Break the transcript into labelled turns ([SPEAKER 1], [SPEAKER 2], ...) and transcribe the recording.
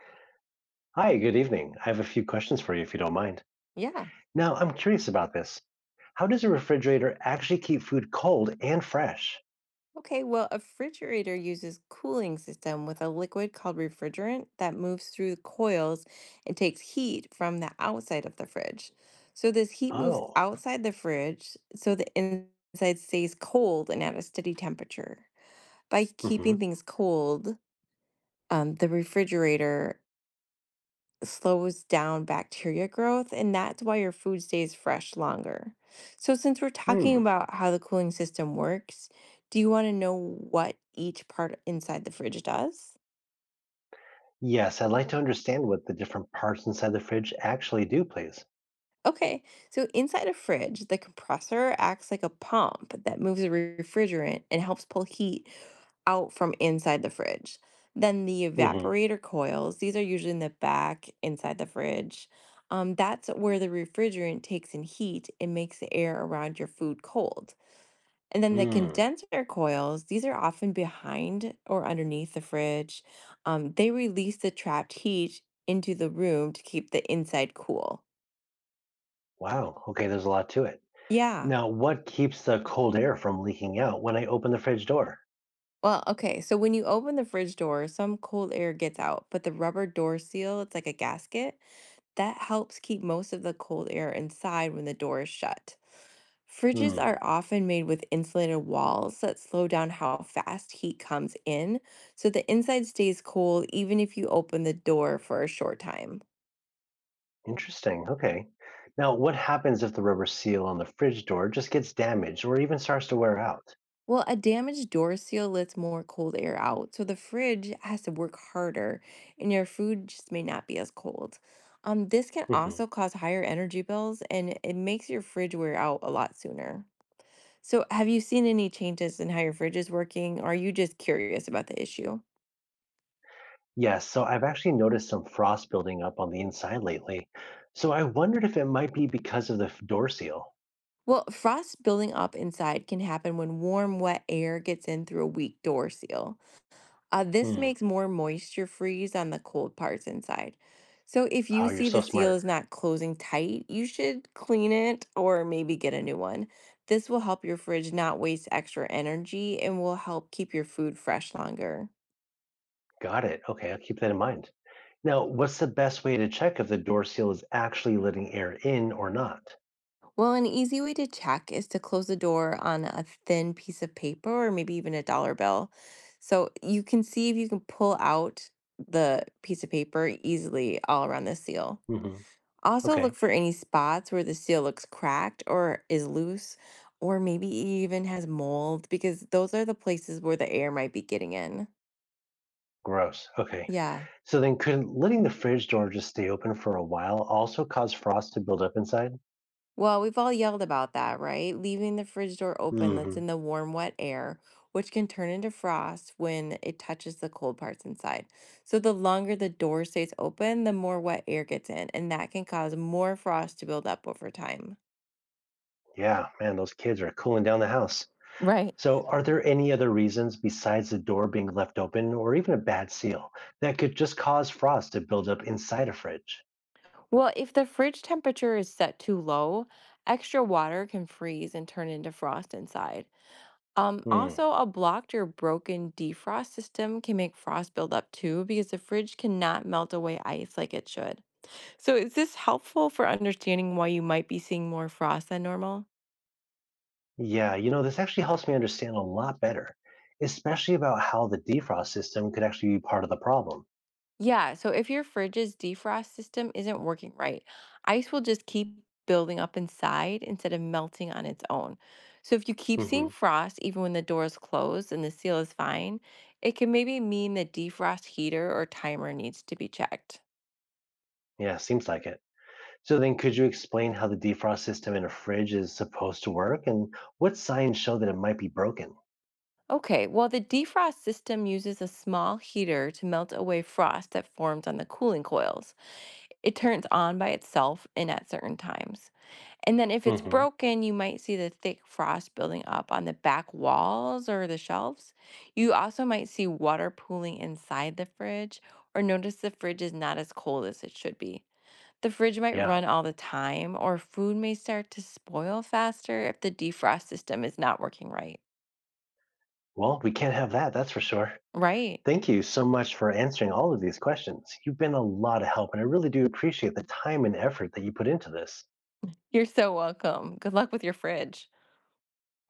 [SPEAKER 1] Hi, good evening. I have a few questions for you if you don't mind.
[SPEAKER 2] Yeah.
[SPEAKER 1] Now, I'm curious about this. How does a refrigerator actually keep food cold and fresh?
[SPEAKER 2] Okay. Well, a refrigerator uses cooling system with a liquid called refrigerant that moves through the coils and takes heat from the outside of the fridge. So this heat moves
[SPEAKER 1] Oh,
[SPEAKER 2] outside the fridge so the inside stays cold and at a steady temperature. By
[SPEAKER 1] hmm.
[SPEAKER 2] keeping things cold, the refrigerator slows down bacteria growth, and that's why your food stays fresh longer. So, since we're talking
[SPEAKER 1] Hmm.
[SPEAKER 2] about how the cooling system works, do you want to know what each part inside the fridge does?
[SPEAKER 1] Yes, I'd like to understand what the different parts inside the fridge actually do, please.
[SPEAKER 2] Okay, so inside a fridge, the compressor acts like a pump that moves the refrigerant and helps pull heat out from inside the fridge. Then the
[SPEAKER 1] Mm-hmm.
[SPEAKER 2] evaporator coils, these are usually in the back inside the fridge. That's where the refrigerant takes in heat and makes the air around your food cold. And then the
[SPEAKER 1] Mm.
[SPEAKER 2] condenser coils, these are often behind or underneath the fridge. They release the trapped heat into the room to keep the inside cool.
[SPEAKER 1] Wow. Okay, there's a lot to it.
[SPEAKER 2] Yeah.
[SPEAKER 1] Now, what keeps the cold air from leaking out when I open the fridge door?
[SPEAKER 2] Well, okay. So when you open the fridge door, some cold air gets out, but the rubber door seal, it's like a gasket that helps keep most of the cold air inside when the door is shut. Fridges are
[SPEAKER 1] Hmm.
[SPEAKER 2] often made with insulated walls that slow down how fast heat comes in, so the inside stays cold even if you open the door for a short time.
[SPEAKER 1] Interesting. Okay. Now, what happens if the rubber seal on the fridge door just gets damaged or even starts to wear out?
[SPEAKER 2] Well, a damaged door seal lets more cold air out, so the fridge has to work harder and your food just may not be as cold. This can also cause higher energy bills and it makes your fridge wear out a lot sooner. So, have you seen any changes in how your fridge is working, or are you just curious about the issue?
[SPEAKER 1] Yes, so I've actually noticed some frost building up on the inside lately. So I wondered if it might be because of the door seal.
[SPEAKER 2] Well, frost building up inside can happen when warm, wet air gets in through a weak door seal. This
[SPEAKER 1] Hmm.
[SPEAKER 2] makes more moisture freeze on the cold parts inside. So, if you
[SPEAKER 1] Oh, you're
[SPEAKER 2] see the
[SPEAKER 1] so
[SPEAKER 2] seal
[SPEAKER 1] smart.
[SPEAKER 2] is not closing tight, you should clean it or maybe get a new one. This will help your fridge not waste extra energy and will help keep your food fresh longer.
[SPEAKER 1] Got it. Okay, I'll keep that in mind. Now, what's the best way to check if the door seal is actually letting air in or not?
[SPEAKER 2] Well, an easy way to check is to close the door on a thin piece of paper or maybe even a dollar bill. So you can see if you can pull out the piece of paper easily all around the seal.
[SPEAKER 1] Hmm.
[SPEAKER 2] Also, look
[SPEAKER 1] Okay,
[SPEAKER 2] for any spots where the seal looks cracked or is loose, or maybe even has mold, because those are the places where the air might be getting in.
[SPEAKER 1] gross. Okay.
[SPEAKER 2] Yeah.
[SPEAKER 1] So then, could letting the fridge door just stay open for a while also cause frost to build up inside?
[SPEAKER 2] Well, we've all yelled about that, right? Leaving the fridge door open lets
[SPEAKER 1] Hmm.
[SPEAKER 2] in the warm, wet air, which can turn into frost when it touches the cold parts inside. So, the longer the door stays open, the more wet air gets in, and that can cause more frost to build up over time.
[SPEAKER 1] Yeah, man, those kids are cooling down the house.
[SPEAKER 2] Right.
[SPEAKER 1] So are there any other reasons besides the door being left open or even a bad seal that could just cause frost to build up inside a fridge?
[SPEAKER 2] Well, if the fridge temperature is set too low, extra water can freeze and turn into frost inside.
[SPEAKER 1] Hmm.
[SPEAKER 2] Also, a blocked or broken defrost system can make frost build up too because the fridge cannot melt away ice like it should. So is this helpful for understanding why you might be seeing more frost than normal?
[SPEAKER 1] Yeah, you know, this actually helps me understand a lot better, especially about how the defrost system could actually be part of the problem.
[SPEAKER 2] Yeah, so if your fridge's defrost system isn't working right, ice will just keep building up inside instead of melting on its own. So if you keep seeing
[SPEAKER 1] Hmm.
[SPEAKER 2] frost even when the door is closed and the seal is fine, it can maybe mean the defrost heater or timer needs to be checked.
[SPEAKER 1] Yeah, seems like it. So then could you explain how the defrost system in a fridge is supposed to work and what signs show that it might be broken?
[SPEAKER 2] Okay, well, the defrost system uses a small heater to melt away frost that forms on the cooling coils. It turns on by itself and at certain times. And then if it's
[SPEAKER 1] Hmm.
[SPEAKER 2] broken, you might see the thick frost building up on the back walls or the shelves. You also might see water pooling inside the fridge or notice the fridge is not as cold as it should be. The fridge might
[SPEAKER 1] Yeah,
[SPEAKER 2] run all the time or food may start to spoil faster if the defrost system is not working right.
[SPEAKER 1] well, we can't have that, that's for sure.
[SPEAKER 2] Right.
[SPEAKER 1] Thank you so much for answering all of these questions. You've been a lot of help, and I really do appreciate the time and effort that you put into this.
[SPEAKER 2] You're so welcome. Good luck with your fridge.